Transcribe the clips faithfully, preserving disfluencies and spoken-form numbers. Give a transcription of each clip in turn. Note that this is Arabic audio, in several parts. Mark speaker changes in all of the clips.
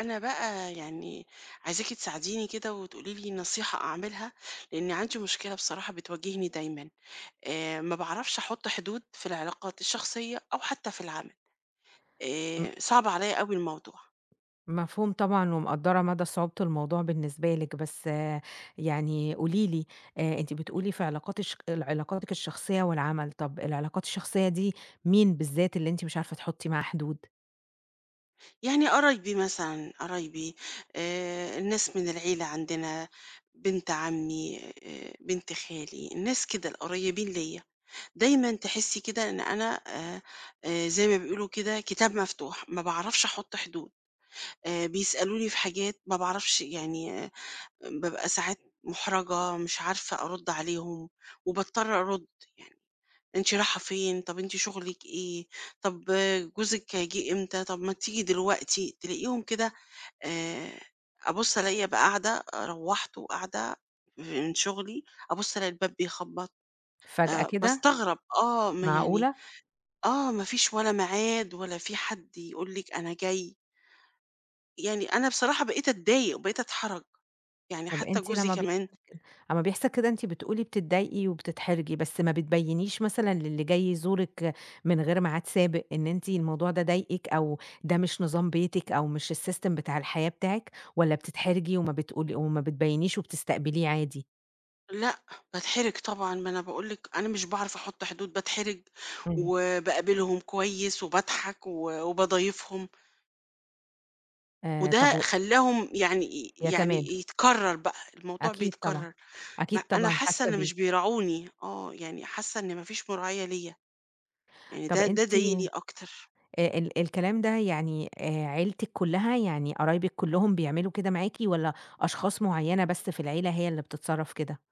Speaker 1: أنا بقى يعني عايزاكِ تساعديني كده وتقولي لي نصيحة أعملها، لإن عندي مشكلة بصراحة بتواجهني دايمًا. آآ ما باعرفش أحُط حدود في العلاقات الشخصية أو حتى في العمل،
Speaker 2: م
Speaker 1: آآ صعب عليّا أوي الموضوع.
Speaker 2: مفهوم طبعًا ومقدّرة مدى صعوبة الموضوع بالنسبة لِك، بس آه، يعني قولي لي آآ أنتِ بتقولي في علاقات الش علاقاتِك الشخصية والعمل، طَب العلاقات الشخصية دي مين بالذات اللي أنتِ مش عارفة تحُطّي معاه حدود؟
Speaker 1: يعني قرايبي مثلًا، قرايبي آآ الناس من العيلة عندنا، بنت عمي، آآ بنت خالي، الناس كده القريبين ليّا، دايمًا تحسّي كده إن أنا آآ آآ زي ما بيقولوا كده كتاب مفتوح، ما باعرفش أحُط حدود. آآ بيسألوني في حاجات ما باعرفش يعني آآ بابقى ساعات مُحرَجة، مش عارفة أرُدّ عليهم وباضطر أرُدّ، يعني أنتِ رايحة فين؟ طَب أنتِ شُغلِك إيه؟ طَب آه، جوزِك هيجي إمتى؟ طَب ما تيجي دلوقتي، تلاقيهم كده. آآ أبُص ألاقي أبقى قاعدة آه، روّحت وقاعدة من شُغلي، أبُص ألاقي الباب بيخبّط،
Speaker 2: فجأة
Speaker 1: آآ
Speaker 2: كده؟
Speaker 1: باستغرب آه، ما يعني
Speaker 2: معقولة!
Speaker 1: آه، ما فيش ولا ميعاد ولا في حد يقول لِك أنا جاي، يعني أنا بصراحة بقيت أتضايق وبقيت أتحرَج. يعني
Speaker 2: طَب
Speaker 1: حتى
Speaker 2: أنتِ
Speaker 1: جوزي
Speaker 2: لمّا
Speaker 1: كمان.
Speaker 2: أمّا بيحصل كده أنتِ بتقولي بتتضايقي وبتتحرجي، بس ما بتبيّنيش مثلًا للي جاي يزورِك من غير ميعاد سابق إن أنتِ الموضوع ده ضايقِك أو ده مش نظام بيتِك أو مش السيستم بتاع الحياة بتاعِك، والّا بتتحرجي وما بتقولي وما بتبيّنيش وبتستقبليه عادي؟
Speaker 1: لأ، باتحرج طبعًا، ما أنا باقول لِك أنا مش باعرف أحُط حدود، باتحرج
Speaker 2: إمم.
Speaker 1: وباقابلهم كويس وباضحك و وباضايفهم،
Speaker 2: آآ طب
Speaker 1: وده
Speaker 2: و
Speaker 1: خلّاهم يعني ي
Speaker 2: يا
Speaker 1: يعني
Speaker 2: تمادُ،
Speaker 1: يتكرّر بقى، الموضوع
Speaker 2: أكيد طبعًا،
Speaker 1: بيتكرّر. ما
Speaker 2: أكيد
Speaker 1: أنا
Speaker 2: طبعًا
Speaker 1: حاسة
Speaker 2: حاسة
Speaker 1: إن مش
Speaker 2: بيكِ.
Speaker 1: بيراعوني، آه، يعني حاسة إن ما فيش مراعية ليّا، يعني
Speaker 2: طب
Speaker 1: ده ده
Speaker 2: أنتِ
Speaker 1: ضايقني أكتر.
Speaker 2: آآ ال الكلام ده يعني آآ عيلتِك كلّها، يعني قرايبِك كلّهم بيعملوا كده معاكِ والّا أشخاص معيّنة بس في العيلة هي اللي بتتصرّف كده؟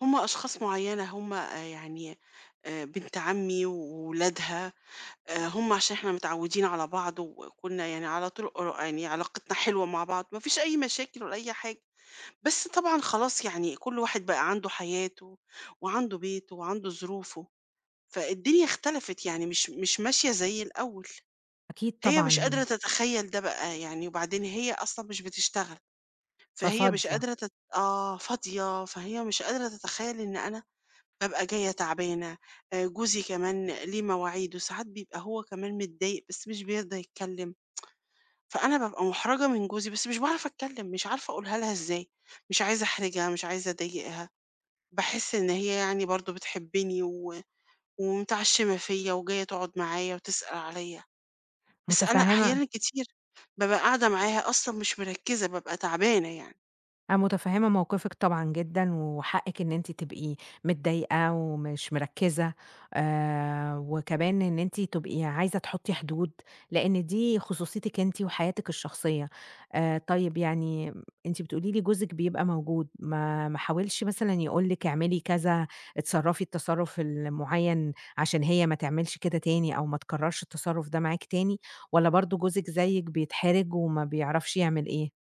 Speaker 1: هم أشخاص معيّنة، هم آآ يعني آآ بنت عمي وولادها. آآ هم عشان إحنا متعودين على بعض وكنا يعني على طول قر يعني علاقتنا حلوة مع بعض، ما فيش أي مشاكل ولا أي حاجة، بس طبعًا خلاص يعني كل واحد بقى عنده حياته وعنده بيته وعنده ظروفه، فالدنيا اختلفت يعني مش مش ماشية زي الأول.
Speaker 2: أكيد
Speaker 1: هي مش قادرة
Speaker 2: طبعًا.
Speaker 1: تتخيّل ده بقى يعني، وبعدين هي أصلًا مش بتشتغل، فهي مش
Speaker 2: ففاضية،
Speaker 1: قادرة تت آه، فاضية، فهي مش قادرة تتخيّل إن أنا بابقى جاية تعبانة. آآ جوزي كمان ليه مواعيد وساعات بيبقى هو كمان متضايق بس مش بيرضى يتكلّم، فأنا بابقى مُحرَجة من جوزي بس مش باعرف أتكلّم، مش عارفة أقولها لها إزاي، مش عايزة أحرجها، مش عايزة أضايقها، باحس إن هي يعني برضه بتحبّني و ومتعشِّمة فيّا وجاية تقعُد معايا وتسأل عليّا، بس أنا
Speaker 2: متفهّمة
Speaker 1: أحيانًا كتير بابقى قاعدة معاها أصلًا مش مركِّزة، بابقى تعبانة يعني.
Speaker 2: أنا متفهّمة موقفِك طبعًا جدًا، وحقِّك إن أنتِ تبقي متضايقة ومش مركّزة، آآ، وكمان إن أنتِ تبقي عايزة تحطّي حدود، لإن دي خصوصيتِك أنتِ وحياتِك الشخصية. آآ، طيب يعني أنتِ بتقولي لي جوزِك بيبقى موجود، ما ما حاولش مثلًا يقول لِك اعملي كذا، اتصرّفي التصرُّف المُعيّن عشان هي ما تعملش كده تاني أو ما تكرّرش التصرُّف ده معاكِ تاني، والّا برضه جوزِك زيِّك بيتحرج وما بيعرفش يعمل إيه؟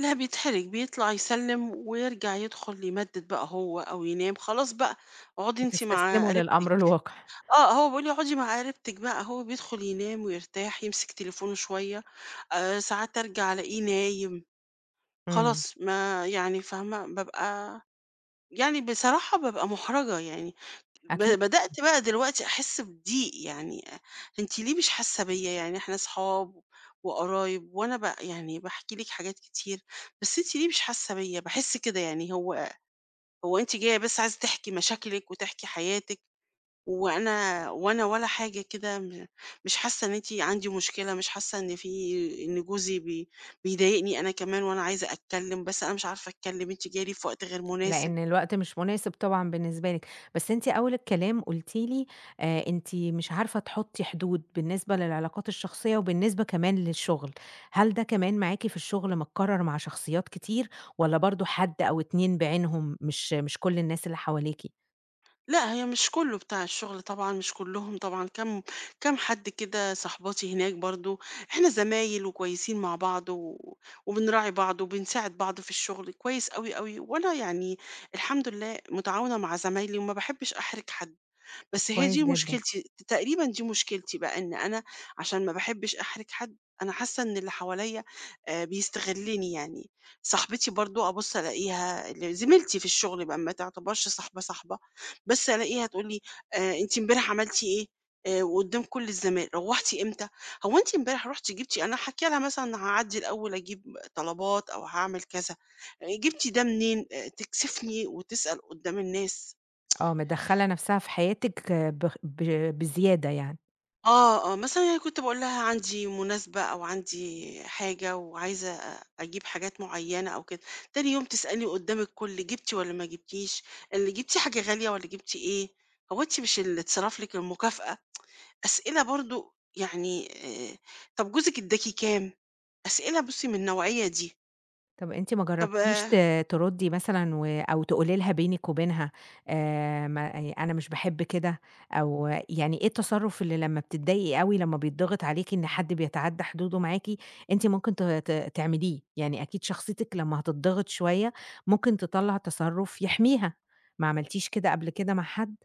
Speaker 1: لا بيتحرج، بيطلع يسلِّم ويرجع يدخل يمدِّد بقى هو أو ينام، خلاص بقى اقعدي أنتِ مع
Speaker 2: بتستسلموا للأمر
Speaker 1: قريبتِك.
Speaker 2: الواقع.
Speaker 1: آه، هو بيقول لي اقعدي مع قريبتِك بقى، هو بيدخل ينام ويرتاح، يمسك تليفونه شوية، آآ ساعات أرجع ألاقيه نايم،
Speaker 2: إمم.
Speaker 1: خلاص ما يعني فاهمة، بابقى يعني بصراحة بابقى مُحرَجة يعني، ب
Speaker 2: أكيد،
Speaker 1: بدأت بقى دلوقتي أحس بضيق يعني أنتِ ليه مش حاسة بيّا؟ يعني إحنا صحاب وقرايب وأنا ب يعني باحكي لِك حاجات كتير، بس أنتِ ليه مش حاسة بيّا؟ باحس كده يعني هو هو أنتِ جاية بس عايزة تحكي مشاكلِك وتحكي حياتِك وأنا وأنا ولا حاجة كده م مش حاسة إن أنتِ عندي مشكلة، مش حاسة إن في إن جوزي بي بيضايقني أنا كمان وأنا عايزة أتكلم، بس أنا مش عارفة أتكلم، أنتِ جاية لي في وقت غير مناسب.
Speaker 2: لإن الوقت مش مناسب طبعًا بالنسبة لِك. بس أنتِ أول الكلام قُلتِ لي آآ أنتِ مش عارفة تحطّي حدود بالنسبة للعلاقات الشخصية وبالنسبة كمان للشغل. هل ده كمان معاكِ في الشغل متكرر مع شخصيات كتير والّا برضه حد أو اتنين بعينهم مش مش كل الناس اللي حواليكِ؟
Speaker 1: لأ، هي مش كلّه بتاع الشغل طبعًا، مش كلّهم طبعًا، كام كام حد كده صاحباتي هناك برضه، إحنا زمايل وكويسين مع بعض و وبنراعي بعض وبنساعد بعض في الشغل كويس أوي، أوي، وأنا يعني الحمد لله متعاونة مع زمايلي وما باحبش أحرج حد.
Speaker 2: طب
Speaker 1: بس هي
Speaker 2: كويس
Speaker 1: دي
Speaker 2: جدًا.
Speaker 1: مشكلتي، تقريبًا دي مشكلتي بقى، إن أنا عشان ما باحبش أحرج حد، أنا حاسة إن اللي حواليّا آآ بيستغلّني يعني، صاحبتي برضه أبُص ألاقيها ال زميلتي في الشغل بقى ما تعتبرش صاحبة، صاحبة، بس ألاقيها تقول لي: "آآ أنتِ امبارح عملتِ إيه؟" آآ وقدّام كل الزمايل، "روّحتِ إمتى؟ هو أنتِ امبارح رُحتِ جبتِ" أنا حاكية لها مثلًا هاعدّي الأول أجيب طلبات أو هاعمل كذا، "جبتِ ده منين؟" آآ تكسفني وتسأل قدّام الناس.
Speaker 2: آه، مدخّلة نفسها في حياتِك بخ ب بزيادة يعني.
Speaker 1: آه، آه، مثلًا أنا كنت باقول لها عندي مناسبة أو عندي حاجة وعايزة أ أجيب حاجات معيّنة أو كده، تاني يوم تسألني قدّام الكل جِبتِ والّا ما جِبتيش، اللي جِبتِ حاجة غالية والّا جِبتِ إيه، هو أنتِ مش اللي اتصرف لِك المكافأة؟ أسئلة برضه يعني آآ، طب جوزِك ادّاكِ كام؟ أسئلة بُصّي من النوعية دي.
Speaker 2: طب أنتِ ما
Speaker 1: طب
Speaker 2: جرّبتيش ت تردّي مثلًا و أو تقولي لها بينِك وبينها آآ ما ي أنا مش باحب كده، أو يعني إيه التصرُّف اللي لمّا بتتضايقي أوي لمّا بيتضغط عليكِ إن حد بيتعدّى حدوده معاكِ، أنتِ ممكن ت ت تعمليه، يعني أكيد شخصيتِك لمّا هتتضغط شوية ممكن تطلّع تصرُّف يحميها، ما عملتيش كده قبل كده مع حد؟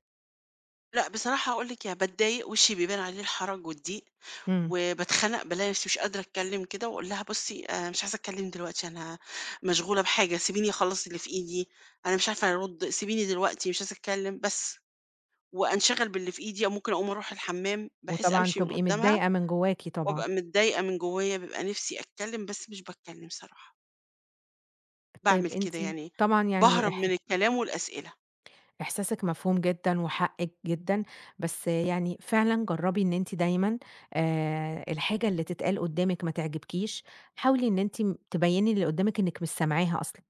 Speaker 1: لأ، بصراحة هاقول لِك يعني باتضايق، وشي بيبان عليه الحرج والضيق،
Speaker 2: إمم،
Speaker 1: وباتخنق بالاقي نفسي مش قادرة أتكلم كده، وأقول لها بُصّي أنا مش عايزة أتكلم دلوقتي، أنا مشغولة بحاجة، سيبيني أخلّص اللي في إيدي، أنا مش عارفة أرُدّ، سيبيني دلوقتي مش عايزة أتكلم بس، وأنشغل باللي في إيدي، أو ممكن أقوم أروح الحمام، بحيث
Speaker 2: وطبعًا
Speaker 1: أمشي من
Speaker 2: تبقي
Speaker 1: قدامها،
Speaker 2: متضايقة من جواكِ طبعًا.
Speaker 1: وأبقى متضايقة من جوايا، بيبقى نفسي أتكلم بس مش باتكلم صراحة،
Speaker 2: طيب
Speaker 1: باعمل
Speaker 2: أنتِ
Speaker 1: كده يعني،
Speaker 2: طبعًا يعني
Speaker 1: باهرب
Speaker 2: اح
Speaker 1: من الكلام والأسئلة.
Speaker 2: إحساسِك مفهوم جدًا وحقِّك جدًا، بس يعني فعلًا جرّبي إن أنتِ دايمًا آآ الحاجة اللي تتقال قدّامِك ما تعجبكيش، حاولي إن أنتِ م تبيّني اللي قدّامِك إنِّك مش سامعاها أصلًا.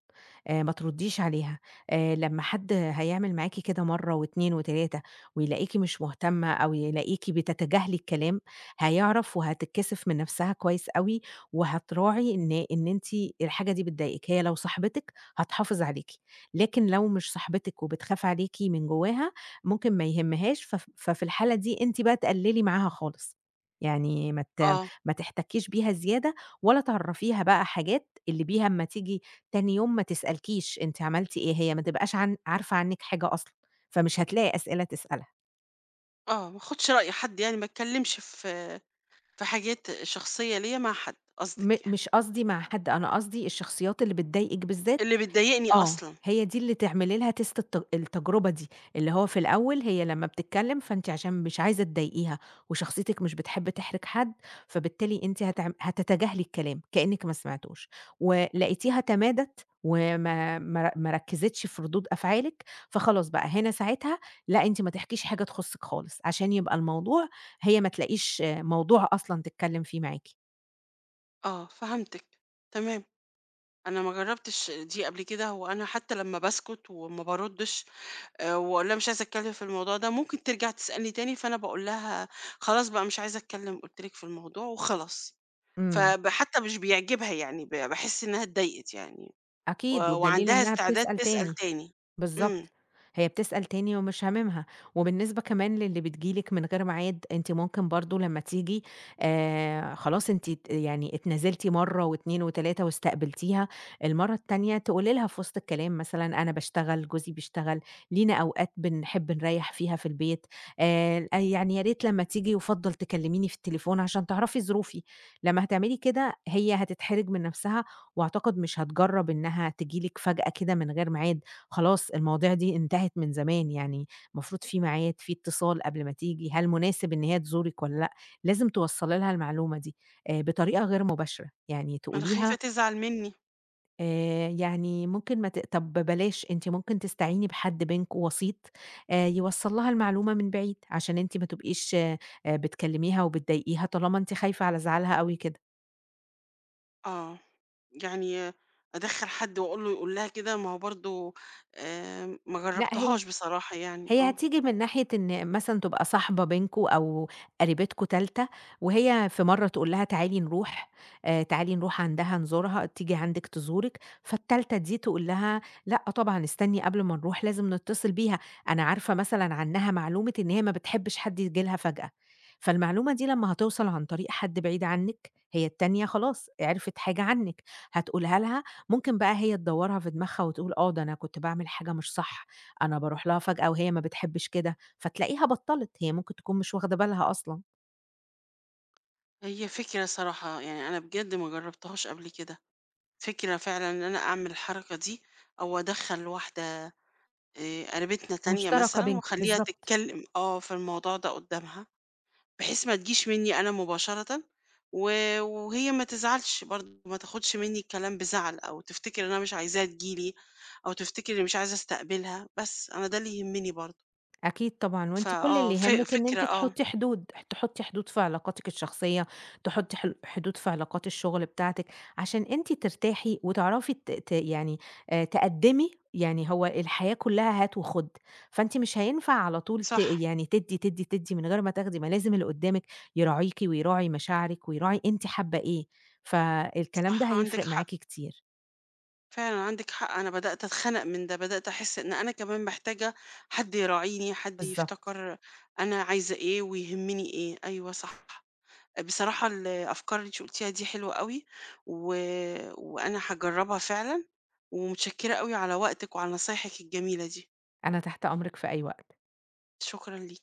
Speaker 2: آآ ما تردّيش عليها، آآ لمّا حد هيعمل معاكِ كده مرّة واتنين وتلاتة ويلاقيكِ مش مهتمة أو يلاقيكِ بتتجاهلي الكلام، هيعرف وهتتكسف من نَفْسها كويس أوي وهتراعي إن إن أنتِ الحاجة دي بتضايقِك، هي لو صاحبتِك هتحافظ عليكِ، لكن لو مش صاحبتِك وبتخاف عليكِ من جواها، ممكن ما يهمهاش فف ففي الحالة دي أنتِ بقى تقلّلي معاها خالص، يعني ما ت
Speaker 1: آه،
Speaker 2: ما تحتكّيش بيها زيادة ولا تعرّفيها بقى حاجات اللي بيها أمّا تيجي تاني يوم ما تسألكيش أنتِ عملتِ إيه، هي ما تبقاش عن عارفة عنِّك حاجة أصلًا، فمش هتلاقي أسئلة تسألها.
Speaker 1: آه، ما آخدش رأي حد يعني، ما اتكلمش في في حاجات شخصية ليا مع حد
Speaker 2: م
Speaker 1: قصدِك يعني،
Speaker 2: مش قصدي مع حد، أنا قصدي الشخصيات اللي بتضايقِك بالذات
Speaker 1: اللي بتضايقني
Speaker 2: آه،
Speaker 1: أصلًا.
Speaker 2: هي دي اللي تعملي لها تيست الت التجربة دي، اللي هو في الأول هي لمّا بتتكلم فأنتِ عشان مش عايزة تضايقيها، وشخصيتِك مش بتحب تحرج حد، فبالتالي أنتِ هتعم هتتجاهلي الكلام كأنِك ما سمعتوش، ولقيتيها تمادت وما ما ما ركزتش في ردود أفعالِك، فخلاص بقى هنا ساعتها لأ أنتِ ما تحكيش حاجة تخصِك خالص، عشان يبقى الموضوع هي ما تلاقيش آه، موضوع أصلًا تتكلم فيه معاكِ.
Speaker 1: آه فهمتِك، تمام، أنا ما جرّبتش دي قبل كده، هو أنا حتى لمّا باسكت وما باردّش آآ، واقول لها مش عايزة أتكلم في الموضوع ده، ممكن ترجع تسألني تاني، فأنا باقول لها خلاص بقى مش عايزة أتكلم قُلت لِك في الموضوع وخلاص،
Speaker 2: إمم،
Speaker 1: فب حتى مش بيعجبها يعني، ب باحس إنها اتضايقت يعني و
Speaker 2: أكيد، وبدليل
Speaker 1: وعندها
Speaker 2: إنها
Speaker 1: استعداد
Speaker 2: بتسأل
Speaker 1: تسأل
Speaker 2: تاني.
Speaker 1: تاني. إمم،
Speaker 2: بالضبط، هي بتسأل تاني ومش هاممها، وبالنسبة كمان للي بتيجي لِك من غير ميعاد، أنتِ ممكن برضه لمّا تيجي آآ، خلاص أنتِ ت يعني اتنازلتِ مرّة واتنين وتلاتة واستقبلتيها، المرّة التانية تقولي لها في وسط الكلام مثلًا أنا باشتغل، جوزي بيشتغل، لينا أوقات بنحب نريّح فيها في البيت، آآ، يعني يا ريت لمّا تيجي يُفضّل تكلميني في التليفون عشان تعرفي ظروفي، لمّا هتعملي كده هي هتتحرج من نفسها، وأعتقد مش هتجرّب إنها تيجي لِك فجأة كده من غير ميعاد، خلاص المواضيع دي انتهت من زمان، يعني المفروض في ميعاد، في اتصال قبل ما تيجي، هل مناسب إن هي تزورِك والّا لأ؟ لازم توصّلي لها المعلومة دي آآ بطريقة غير مباشرة، يعني
Speaker 1: أنا خايفة
Speaker 2: تقوليها
Speaker 1: تزعل مني.
Speaker 2: آآ يعني ممكن ما ت طب بلاش أنتِ ممكن تستعيني بحد بينكم وسيط آآ يوصّل لها المعلومة من بعيد، عشان أنتِ ما تبقيش آآ بتكلميها وبتضايقيها طالما أنتِ خايفة على زعلها أوي كده.
Speaker 1: آه، يعني أدخّل حد وأقول له يقول لها كده، ما هو برضه آآ ما
Speaker 2: لأ هي
Speaker 1: جرّبتهاش بصراحة يعني،
Speaker 2: هي
Speaker 1: آه.
Speaker 2: هتيجي من ناحية إن مثلًا تبقى صاحبة بينكم أو قريبتكم تالتة، وهي في مرّة تقول لها تعالي نروح آآ، تعالي نروح عندها نزورها، تيجي عندِك تزورِك، فالتالتة دي تقول لها لأ طبعًا استني قبل ما نروح لازم نتصل بيها، أنا عارفة مثلًا عنها معلومة إن هي ما بتحبش حد ييجي لها فجأة، فالمعلومة دي لمّا هتوصل عن طريق حد بعيد عنِك، هي التانية خلاص عرفت حاجة عنِك، هتقولها لها، ممكن بقى هي تدوّرها في دماغها وتقول آه ده أنا كنت باعمل حاجة مش صح، أنا باروح لها فجأة وهي ما بتحبش كده، فتلاقيها بطّلت، هي ممكن تكون مش واخدة بالها أصلًا،
Speaker 1: هي فكرة صراحة يعني أنا بجد ما جرّبتهاش قبل كده، فكرة فعلًا إن أنا أعمل الحركة دي أو أدخّل واحدة آآ قريبتنا تانية
Speaker 2: مشتركة
Speaker 1: مثلًا
Speaker 2: بينكم،
Speaker 1: وأخلّيها
Speaker 2: بالضبط.
Speaker 1: تتكلم آه، في الموضوع ده قدّامها. بحيث ما تجيش مني أنا مباشرةً، و وهي ما تزعلش برضه، ما تاخدش مني الكلام بزعل، أو تفتكر إن أنا مش عايزاها تيجي لي، أو تفتكر إني مش عايزة استقبلها، بس أنا ده اللي يهمني برضه.
Speaker 2: أكيد طبعًا، وأنتِ كل
Speaker 1: فآه،
Speaker 2: اللي
Speaker 1: ف
Speaker 2: يهمِّك إن
Speaker 1: فكرة
Speaker 2: أنتِ
Speaker 1: آه،
Speaker 2: تحطّي حدود، تحطّي حدود في علاقاتِك الشخصية، تحطّي حل حدود في علاقات الشغل بتاعتِك، عشان أنتِ ترتاحي وتعرفي ت ت يعني آآ تقدّمي، يعني هو الحياة كلّها هات وخُد، فأنتِ مش هينفع على طول ت
Speaker 1: صح،
Speaker 2: يعني تدّي، تدّي، تدّي من غير ما تاخدي، ما لازم اللي قدّامِك يراعيكِ ويراعي مشاعرِك ويراعي أنتِ حابّة إيه، فالكلام ده
Speaker 1: صح، عندِك
Speaker 2: هيفرق معاكِ
Speaker 1: حق،
Speaker 2: كتير.
Speaker 1: فعلًا عندِك حق، أنا بدأت أتخنق من ده، بدأت أحس إن أنا كمان محتاجة حد يراعيني، حد
Speaker 2: بالضبط،
Speaker 1: يفتكر أنا عايزة إيه ويهمني إيه. أيوه صح. بصراحة الأفكار اللي أنتِ قُلتيها دي حلوة أوي، و وأنا هاجرّبها فعلًا، ومتشكرة أوي على وقتِك وعلى نصايحِك الجميلة دي،
Speaker 2: أنا تحت أمرِك في أي وقت.
Speaker 1: شكرًا ليكِ.